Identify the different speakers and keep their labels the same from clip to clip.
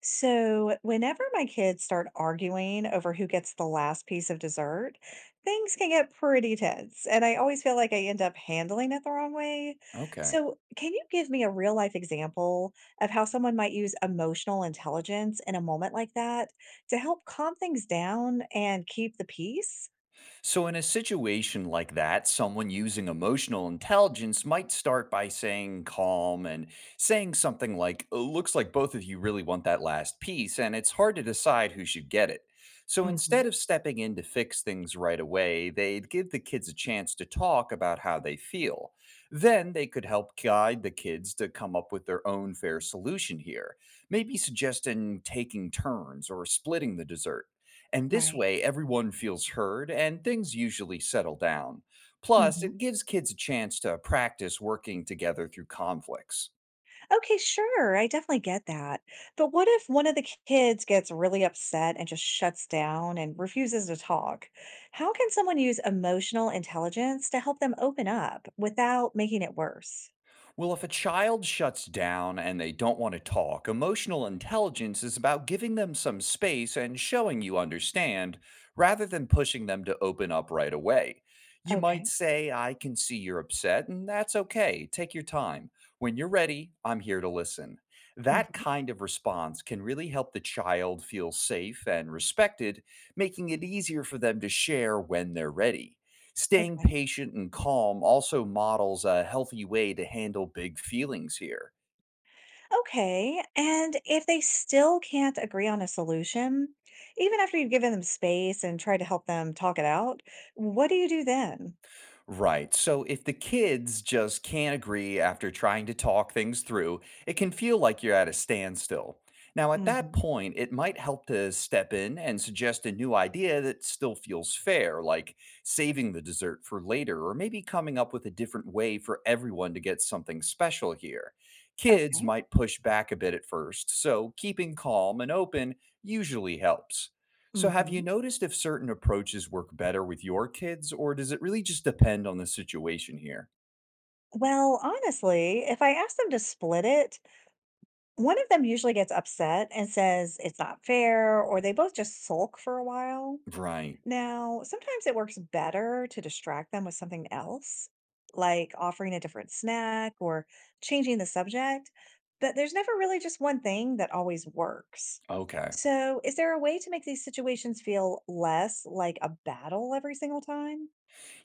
Speaker 1: So, whenever my kids start arguing over who gets the last piece of dessert, things can get pretty tense, and I always feel like I end up handling it the wrong way.
Speaker 2: Okay.
Speaker 1: So, can you give me a real life example of how someone might use emotional intelligence in a moment like that to help calm things down and keep the peace?
Speaker 2: So, in a situation like that, someone using emotional intelligence might start by saying calm and saying something like, "Oh, looks like both of you really want that last piece, and it's hard to decide who should get it. So, instead
Speaker 1: Hmm.
Speaker 2: of stepping in to fix things right away, they'd give the kids a chance to talk about how they feel. Then they could help guide the kids to come up with their own fair solution here, maybe suggesting taking turns or splitting the dessert. And this
Speaker 1: Right.
Speaker 2: way, everyone feels heard and things usually settle down. Plus,
Speaker 1: Hmm.
Speaker 2: it gives kids a chance to practice working together through conflicts.
Speaker 1: Okay, sure. I definitely get that. But what if one of the kids gets really upset and just shuts down and refuses to talk? How can someone use emotional intelligence to help them open up without making it worse?
Speaker 2: Well, if a child shuts down and they don't want to talk, emotional intelligence is about giving them some space and showing you understand rather than pushing them to open up right away. You might
Speaker 1: Okay.
Speaker 2: say, I can see you're upset, and that's okay. Take your time. When you're ready, I'm here to listen. That
Speaker 1: Hmm.
Speaker 2: kind of response can really help the child feel safe and respected, making it easier for them to share when they're ready. Staying
Speaker 1: Okay.
Speaker 2: patient and calm also models a healthy way to handle big feelings here.
Speaker 1: Okay. And if they still can't agree on a solution, even after you've given them space and tried to help them talk it out, what do you do then?
Speaker 2: Right. So if the kids just can't agree after trying to talk things through, it can feel like you're at a standstill. Now, at that
Speaker 1: Hmm.
Speaker 2: point, it might help to step in and suggest a new idea that still feels fair, like saving the dessert for later, or maybe coming up with a different way for everyone to get something special here. Kids
Speaker 1: Okay.
Speaker 2: might push back a bit at first, so keeping calm and open usually helps. So, have you
Speaker 1: Hmm.
Speaker 2: noticed if certain approaches work better with your kids, or does it really just depend on the situation here?
Speaker 1: Well, honestly, if I ask them to split it, one of them usually gets upset and says it's not fair, or they both just sulk for a while.
Speaker 2: Right.
Speaker 1: Now, sometimes it works better to distract them with something else, like offering a different snack or changing the subject, but there's never really just one thing that always works.
Speaker 2: Okay.
Speaker 1: So, is there a way to make these situations feel less like a battle every single time?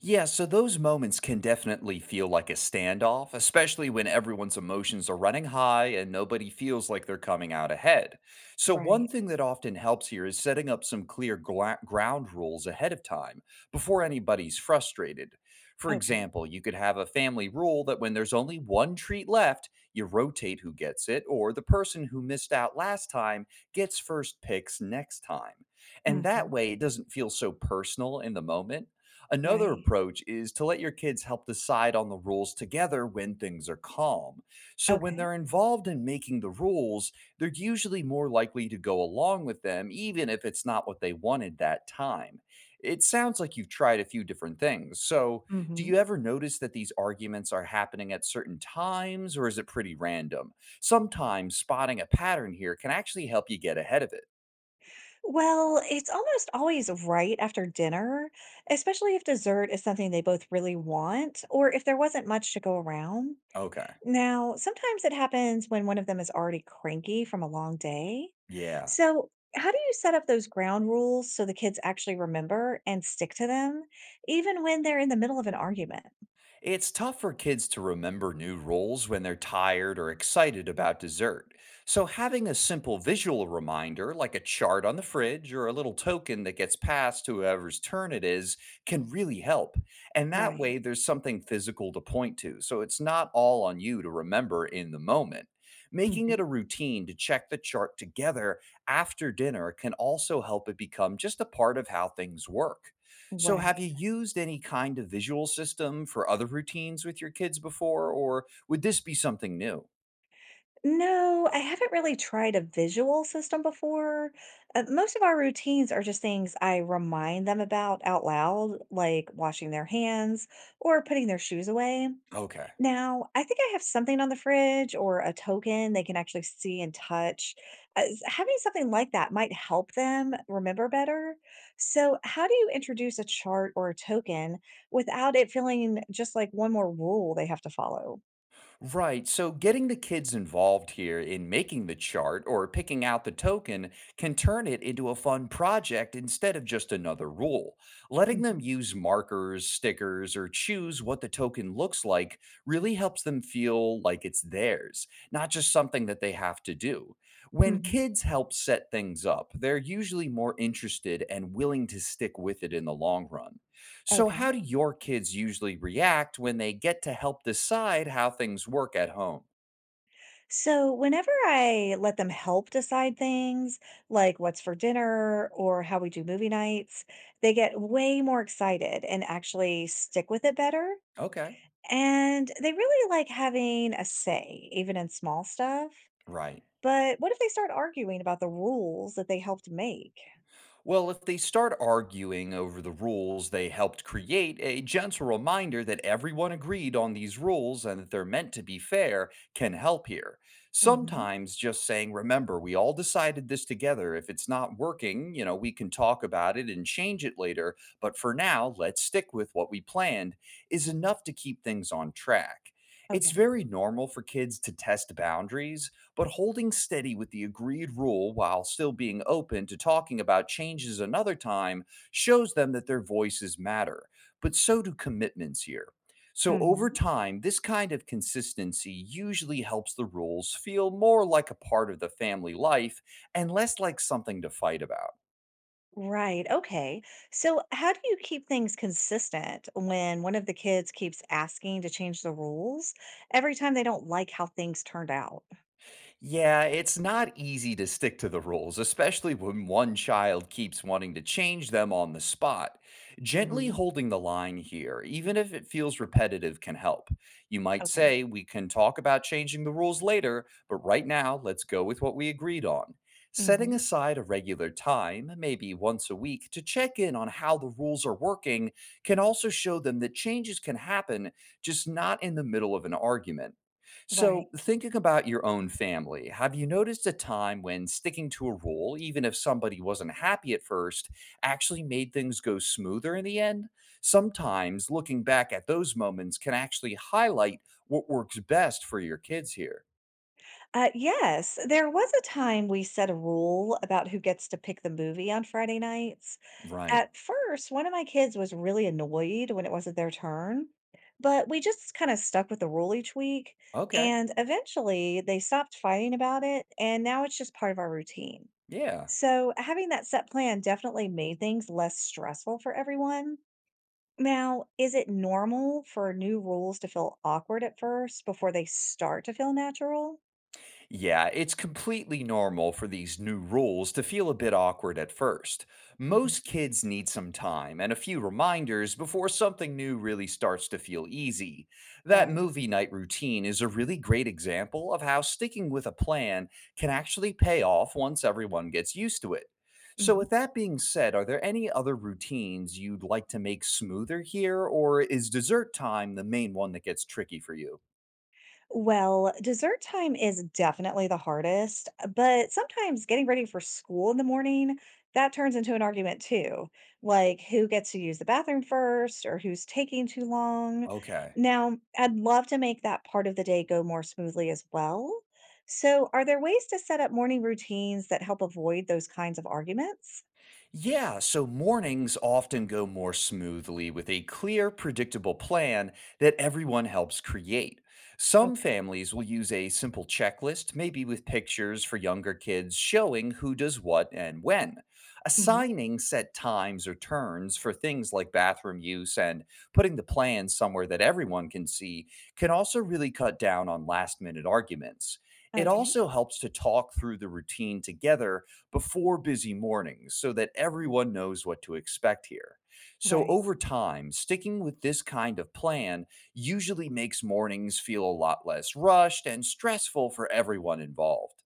Speaker 2: Yeah, so those moments can definitely feel like a standoff, especially when everyone's emotions are running high and nobody feels like they're coming out ahead. So, one
Speaker 1: Right.
Speaker 2: thing that often helps here is setting up some clear ground rules ahead of time before anybody's frustrated. For
Speaker 1: Okay.
Speaker 2: example, you could have a family rule that when there's only one treat left, you rotate who gets it, or the person who missed out last time gets first picks next time. And that
Speaker 1: Hmm.
Speaker 2: way, it doesn't feel so personal in the moment. Another
Speaker 1: Right.
Speaker 2: approach is to let your kids help decide on the rules together when things are calm. So, when
Speaker 1: Okay.
Speaker 2: they're involved in making the rules, they're usually more likely to go along with them, even if it's not what they wanted that time. It sounds like you've tried a few different things. So, do
Speaker 1: Hmm.
Speaker 2: you ever notice that these arguments are happening at certain times, or is it pretty random? Sometimes spotting a pattern here can actually help you get ahead of it.
Speaker 1: Well, it's almost always right after dinner, especially if dessert is something they both really want or if there wasn't much to go around.
Speaker 2: Okay.
Speaker 1: Now, sometimes it happens when one of them is already cranky from a long day.
Speaker 2: Yeah.
Speaker 1: So, how do you set up those ground rules so the kids actually remember and stick to them, even when they're in the middle of an argument?
Speaker 2: It's tough for kids to remember new rules when they're tired or excited about dessert. So, having a simple visual reminder, like a chart on the fridge or a little token that gets passed to whoever's turn it is, can really help. And that way,
Speaker 1: Right.
Speaker 2: there's something physical to point to. So, it's not all on you to remember in the moment. Making
Speaker 1: Hmm.
Speaker 2: it a routine to check the chart together after dinner can also help it become just a part of how things work. So, have
Speaker 1: Right.
Speaker 2: you used any kind of visual system for other routines with your kids before, or would this be something new?
Speaker 1: No, I haven't really tried a visual system before. Most of our routines are just things I remind them about out loud, like washing their hands or putting their shoes away.
Speaker 2: Okay.
Speaker 1: Now, I think I have something on the fridge or a token they can actually see and touch. Having something like that might help them remember better. So, how do you introduce a chart or a token without it feeling just like one more rule they have to follow?
Speaker 2: Right. So getting the kids involved here in making the chart or picking out the token can turn it into a fun project instead of just another rule. Letting
Speaker 1: Hmm.
Speaker 2: them use markers, stickers, or choose what the token looks like really helps them feel like it's theirs, not just something that they have to do. When
Speaker 1: Hmm.
Speaker 2: kids help set things up, they're usually more interested and willing to stick with it in the long run. So,
Speaker 1: Okay.
Speaker 2: how do your kids usually react when they get to help decide how things work at home?
Speaker 1: So, whenever I let them help decide things like what's for dinner or how we do movie nights, they get way more excited and actually stick with it better.
Speaker 2: Okay.
Speaker 1: And they really like having a say, even in small stuff.
Speaker 2: Right.
Speaker 1: But what if they start arguing about the rules that they helped make?
Speaker 2: Well, if they start arguing over the rules they helped create, a gentle reminder that everyone agreed on these rules and that they're meant to be fair can help here.
Speaker 1: Hmm.
Speaker 2: Sometimes just saying, remember, we all decided this together. If it's not working, we can talk about it and change it later. But for now, let's stick with what we planned is enough to keep things on track. It's
Speaker 1: Okay.
Speaker 2: very normal for kids to test boundaries, but holding steady with the agreed rule while still being open to talking about changes another time shows them that their voices matter, but so do commitments here. So, over time, this kind of consistency usually helps the rules feel more like a part of the family life and less like something to fight about.
Speaker 1: Right. Okay. So, how do you keep things consistent when one of the kids keeps asking to change the rules every time they don't like how things turned out?
Speaker 2: Yeah, it's not easy to stick to the rules, especially when one child keeps wanting to change them on the spot. Gently
Speaker 1: Hmm.
Speaker 2: holding the line here, even if it feels repetitive, can help. You might
Speaker 1: Okay.
Speaker 2: say, We can talk about changing the rules later, but right now, let's go with what we agreed on. Setting
Speaker 1: Hmm.
Speaker 2: aside a regular time, maybe once a week, to check in on how the rules are working can also show them that changes can happen, just not in the middle of an argument.
Speaker 1: Right.
Speaker 2: So, thinking about your own family, have you noticed a time when sticking to a rule, even if somebody wasn't happy at first, actually made things go smoother in the end? Sometimes looking back at those moments can actually highlight what works best for your kids here.
Speaker 1: Yes, there was a time we set a rule about who gets to pick the movie on Friday nights.
Speaker 2: Right.
Speaker 1: At first, one of my kids was really annoyed when it wasn't their turn, but we just kind of stuck with the rule each week.
Speaker 2: Okay.
Speaker 1: And eventually, they stopped fighting about it. And now it's just part of our routine.
Speaker 2: Yeah.
Speaker 1: So, having that set plan definitely made things less stressful for everyone. Now, is it normal for new rules to feel awkward at first before they start to feel natural?
Speaker 2: Yeah, it's completely normal for these new rules to feel a bit awkward at first.
Speaker 1: Mhm.
Speaker 2: Most kids need some time and a few reminders before something new really starts to feel easy. That
Speaker 1: Right.
Speaker 2: movie night routine is a really great example of how sticking with a plan can actually pay off once everyone gets used to it. So,
Speaker 1: Mhm.
Speaker 2: with that being said, are there any other routines you'd like to make smoother here, or is dessert time the main one that gets tricky for you?
Speaker 1: Well, dessert time is definitely the hardest, but sometimes getting ready for school in the morning, that turns into an argument too. Like who gets to use the bathroom first or who's taking too long.
Speaker 2: Okay.
Speaker 1: Now, I'd love to make that part of the day go more smoothly as well. So, are there ways to set up morning routines that help avoid those kinds of arguments?
Speaker 2: Yeah, so mornings often go more smoothly with a clear, predictable plan that everyone helps create. Some
Speaker 1: Okay.
Speaker 2: families will use a simple checklist, maybe with pictures for younger kids showing who does what and when.
Speaker 1: Hmm.
Speaker 2: Assigning set times or turns for things like bathroom use and putting the plan somewhere that everyone can see can also really cut down on last minute arguments. It
Speaker 1: Okay,
Speaker 2: also helps to talk through the routine together before busy mornings so that everyone knows what to expect here. So,
Speaker 1: right.
Speaker 2: over time, sticking with this kind of plan usually makes mornings feel a lot less rushed and stressful for everyone involved.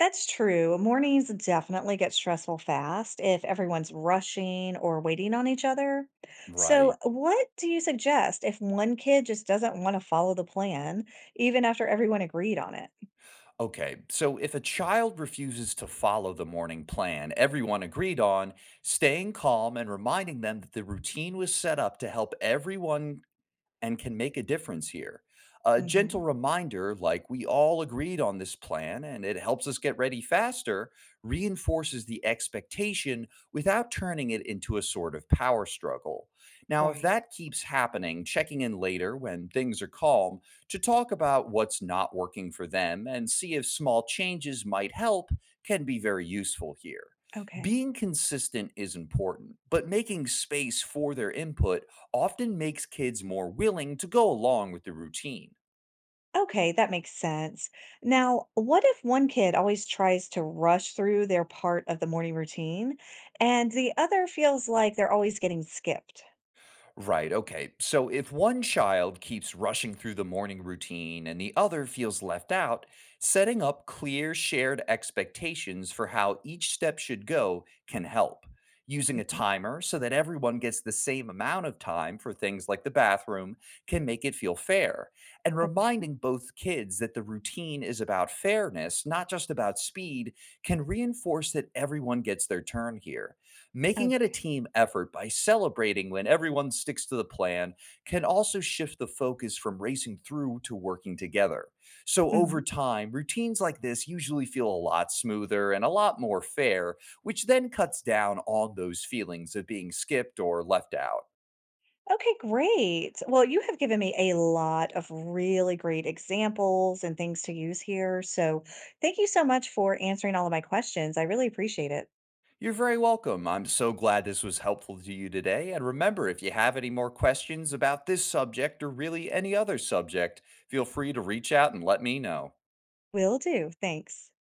Speaker 1: That's true. Mornings definitely get stressful fast if everyone's rushing or waiting on each other. So,
Speaker 2: Right.
Speaker 1: what do you suggest if one kid just doesn't want to follow the plan, even after everyone agreed on it?
Speaker 2: Okay. So if a child refuses to follow the morning plan everyone agreed on, staying calm and reminding them that the routine was set up to help everyone and can make a difference here. A gentle
Speaker 1: Hmm.
Speaker 2: reminder, like we all agreed on this plan and it helps us get ready faster, reinforces the expectation without turning it into a sort of power struggle. Now, if
Speaker 1: Right.
Speaker 2: that keeps happening, checking in later when things are calm to talk about what's not working for them and see if small changes might help can be very useful here.
Speaker 1: Okay.
Speaker 2: Being consistent is important, but making space for their input often makes kids more willing to go along with the routine.
Speaker 1: Okay, that makes sense. Now, what if one kid always tries to rush through their part of the morning routine and the other feels like they're always getting skipped?
Speaker 2: Right, okay. So if one child keeps rushing through the morning routine and the other feels left out, setting up clear shared expectations for how each step should go can help. Using a
Speaker 1: Mhm.
Speaker 2: timer so that everyone gets the same amount of time for things like the bathroom can make it feel fair. And
Speaker 1: Okay.
Speaker 2: reminding both kids that the routine is about fairness, not just about speed, can reinforce that everyone gets their turn here. Making it a
Speaker 1: Okay.
Speaker 2: team effort by celebrating when everyone sticks to the plan can also shift the focus from racing through to working together. So,
Speaker 1: Mm-hmm.
Speaker 2: over time, routines like this usually feel a lot smoother and a lot more fair, which then cuts down on those feelings of being skipped or left out.
Speaker 1: Okay, great. Well, you have given me a lot of really great examples and things to use here. So, thank you so much for answering all of my questions. I really appreciate it.
Speaker 2: You're very welcome. I'm so glad this was helpful to you today. And remember, if you have any more questions about this subject or really any other subject, feel free to reach out and let me know.
Speaker 1: Will do. Thanks.